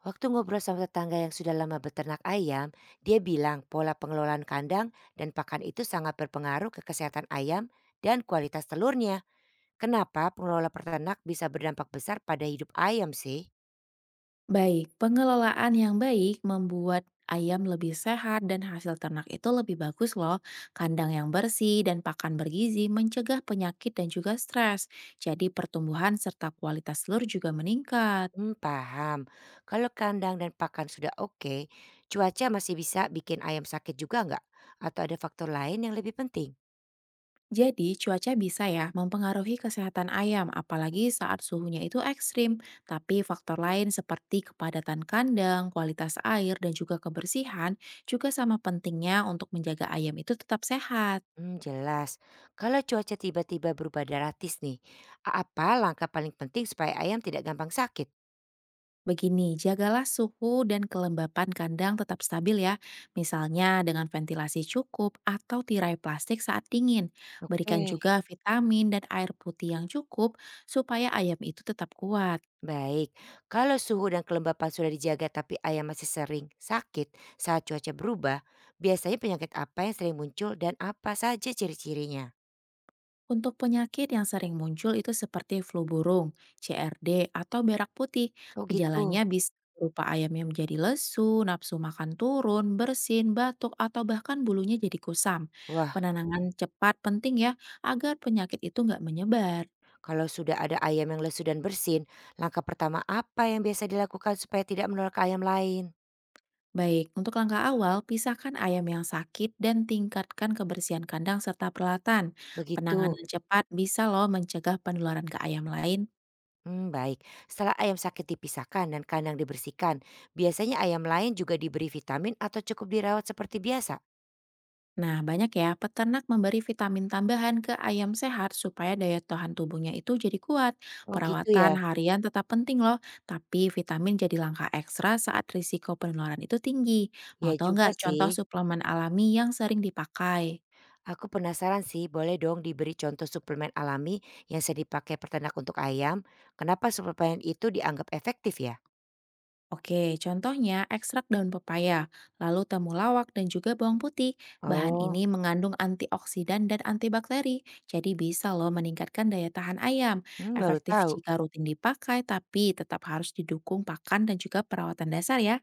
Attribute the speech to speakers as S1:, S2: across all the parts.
S1: Waktu ngobrol sama tetangga yang sudah lama beternak ayam, dia bilang pola pengelolaan kandang dan pakan itu sangat berpengaruh ke kesehatan ayam dan kualitas telurnya. Kenapa pengelola peternak bisa berdampak besar pada hidup ayam sih?
S2: Baik, pengelolaan yang baik membuat ayam lebih sehat dan hasil ternak itu lebih bagus loh. Kandang yang bersih dan pakan bergizi mencegah penyakit dan juga stres. Jadi pertumbuhan serta kualitas telur juga meningkat.
S1: Hmm, paham. Kalau kandang dan pakan sudah oke, cuaca masih bisa bikin ayam sakit juga nggak? Atau ada faktor lain yang lebih penting?
S2: Jadi cuaca bisa ya mempengaruhi kesehatan ayam apalagi saat suhunya itu ekstrim. Tapi faktor lain seperti kepadatan kandang, kualitas air, dan juga kebersihan juga sama pentingnya untuk menjaga ayam itu tetap sehat.
S1: Hmm, jelas. Kalau cuaca tiba-tiba berubah drastis nih, apa langkah paling penting supaya ayam tidak gampang sakit?
S2: Begini, jagalah suhu dan kelembapan kandang tetap stabil ya. Misalnya dengan ventilasi cukup atau tirai plastik saat dingin.
S1: Oke.
S2: Berikan juga vitamin dan air putih yang cukup supaya ayam itu tetap kuat.
S1: Baik, kalau suhu dan kelembapan sudah dijaga tapi ayam masih sering sakit saat cuaca berubah, biasanya penyakit apa yang sering muncul dan apa saja ciri-cirinya?
S2: Untuk penyakit yang sering muncul itu seperti flu burung, CRD, atau berak putih.
S1: Oh gitu.
S2: Gejalanya bisa berupa ayam yang menjadi lesu, nafsu makan turun, bersin, batuk, atau bahkan bulunya jadi kusam.
S1: Wah,
S2: Penanganan cepat penting ya, agar penyakit itu nggak menyebar.
S1: kalau sudah ada ayam yang lesu dan bersin, langkah pertama apa yang biasa dilakukan supaya tidak menular ke ayam lain?
S2: Baik, untuk langkah awal, pisahkan ayam yang sakit dan tingkatkan kebersihan kandang serta peralatan.
S1: Begitu.
S2: Penanganan cepat bisa loh mencegah penularan ke ayam lain.
S1: Hmm, baik. Setelah ayam sakit dipisahkan dan kandang dibersihkan, biasanya ayam lain juga diberi vitamin atau cukup dirawat seperti biasa.
S2: Nah, banyak ya peternak memberi vitamin tambahan ke ayam sehat supaya daya tahan tubuhnya itu jadi kuat.
S1: Oh gitu ya.
S2: Perawatan harian tetap penting loh, tapi vitamin jadi langkah ekstra saat risiko penularan itu tinggi. Mau
S1: Ya
S2: tau
S1: juga
S2: nggak
S1: sih.
S2: contoh suplemen alami yang sering dipakai?
S1: Aku penasaran sih, boleh dong diberi contoh suplemen alami yang sering dipakai peternak untuk ayam? Kenapa suplemen itu dianggap efektif ya?
S2: Oke, contohnya ekstrak daun pepaya, lalu temulawak dan juga bawang putih. Bahan
S1: Oh,
S2: ini mengandung antioksidan dan antibakteri, jadi bisa loh meningkatkan daya tahan ayam.
S1: hmm, baru
S2: Efektif
S1: tahu.
S2: jika rutin dipakai, tapi tetap harus didukung pakan dan juga perawatan dasar ya.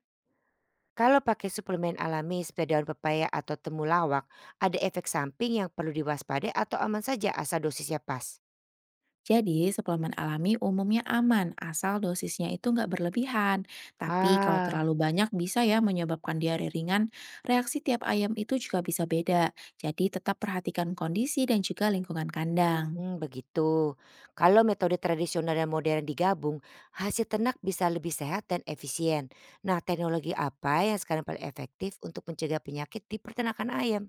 S1: Kalau pakai suplemen alami seperti daun pepaya atau temulawak, ada efek samping yang perlu diwaspadai atau aman saja asal dosisnya pas?
S2: Jadi, suplemen alami umumnya aman, asal dosisnya itu nggak berlebihan. Tapi kalau
S1: Ah,
S2: terlalu banyak bisa ya menyebabkan diare ringan, reaksi tiap ayam itu juga bisa beda. Jadi tetap perhatikan kondisi dan juga lingkungan kandang.
S1: hmm, begitu. Kalau metode tradisional dan modern digabung, hasil ternak bisa lebih sehat dan efisien. Nah, teknologi apa yang sekarang paling efektif untuk mencegah penyakit di peternakan ayam?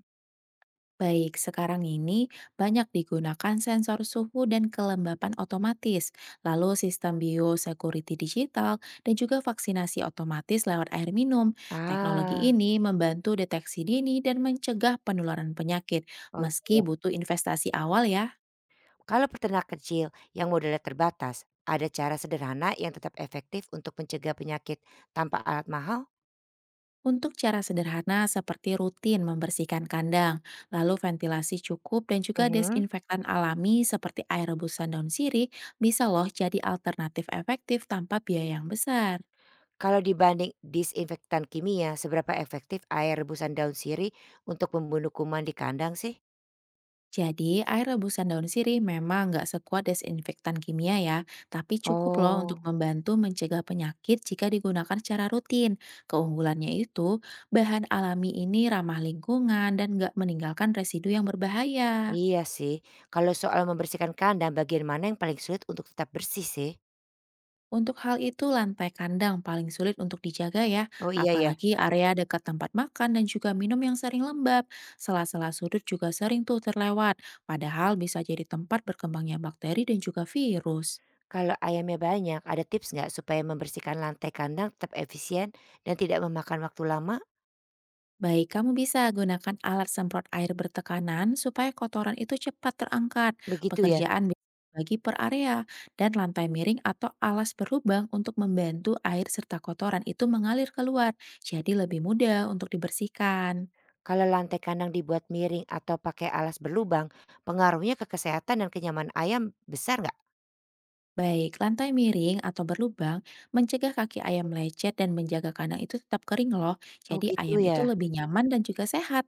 S2: Baik, sekarang ini banyak digunakan sensor suhu dan kelembapan otomatis, lalu sistem biosecurity digital, dan juga vaksinasi otomatis lewat air minum. Teknologi
S1: Ah,
S2: ini membantu deteksi dini dan mencegah penularan penyakit,
S1: oh iya.
S2: meski
S1: Ya.
S2: butuh investasi awal ya.
S1: Kalau peternak kecil yang modalnya terbatas, ada cara sederhana yang tetap efektif untuk mencegah penyakit tanpa alat mahal?
S2: Untuk cara sederhana seperti rutin membersihkan kandang, lalu ventilasi cukup dan juga
S1: Mhm.
S2: desinfektan alami seperti air rebusan daun sirih bisa loh jadi alternatif efektif tanpa biaya yang besar.
S1: Kalau dibanding disinfektan kimia, seberapa efektif air rebusan daun sirih untuk membunuh kuman di kandang sih?
S2: Jadi, air rebusan daun sirih memang nggak sekuat desinfektan kimia ya, tapi cukup loh untuk
S1: Oh,
S2: membantu mencegah penyakit jika digunakan secara rutin. Keunggulannya itu, bahan alami ini ramah lingkungan dan nggak meninggalkan residu yang berbahaya.
S1: iya sih. Kalau soal membersihkan kandang, bagian mana yang paling sulit untuk tetap bersih sih?
S2: Untuk hal itu, lantai kandang paling sulit untuk dijaga ya,
S1: Oh iya ya.
S2: apalagi area dekat tempat makan dan juga minum yang sering lembab. Sela-sela sudut juga sering tuh terlewat, padahal bisa jadi tempat berkembangnya bakteri dan juga virus.
S1: Kalau ayamnya banyak, ada tips nggak supaya membersihkan lantai kandang tetap efisien dan tidak memakan waktu lama?
S2: Baik, kamu bisa gunakan alat semprot air bertekanan supaya kotoran itu cepat terangkat.
S1: Begitu ya?
S2: Pekerjaan bagi per area dan lantai miring atau alas berlubang untuk membantu air serta kotoran itu mengalir keluar. Jadi lebih mudah untuk dibersihkan.
S1: Kalau lantai kandang dibuat miring atau pakai alas berlubang, pengaruhnya ke kesehatan dan kenyamanan ayam besar nggak?
S2: Baik, lantai miring atau berlubang mencegah kaki ayam lecet dan menjaga kandang itu tetap kering loh.
S1: Oh
S2: Jadi
S1: gitu
S2: ayam itu
S1: ya,
S2: lebih nyaman dan juga sehat.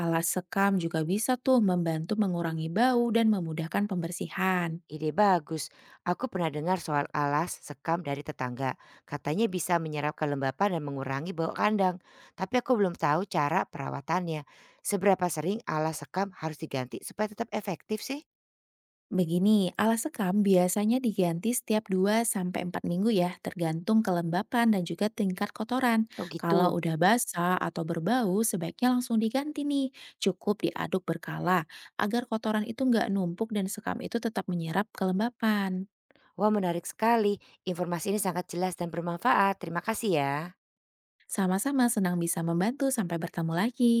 S2: Alas sekam juga bisa tuh membantu mengurangi bau dan memudahkan pembersihan.
S1: ide bagus. Aku pernah dengar soal alas sekam dari tetangga. Katanya bisa menyerap kelembapan dan mengurangi bau kandang. Tapi aku belum tahu cara perawatannya. Seberapa sering alas sekam harus diganti supaya tetap efektif sih?
S2: Begini, alas sekam biasanya diganti setiap 2 sampai 4 minggu ya, tergantung kelembapan dan juga tingkat kotoran.
S1: Oh gitu.
S2: Kalau udah basah atau berbau, sebaiknya langsung diganti nih. Cukup diaduk berkala, agar kotoran itu nggak numpuk dan sekam itu tetap menyerap kelembapan.
S1: Wah menarik sekali. Informasi ini sangat jelas dan bermanfaat. Terima kasih ya.
S2: Sama-sama senang bisa membantu, sampai bertemu lagi.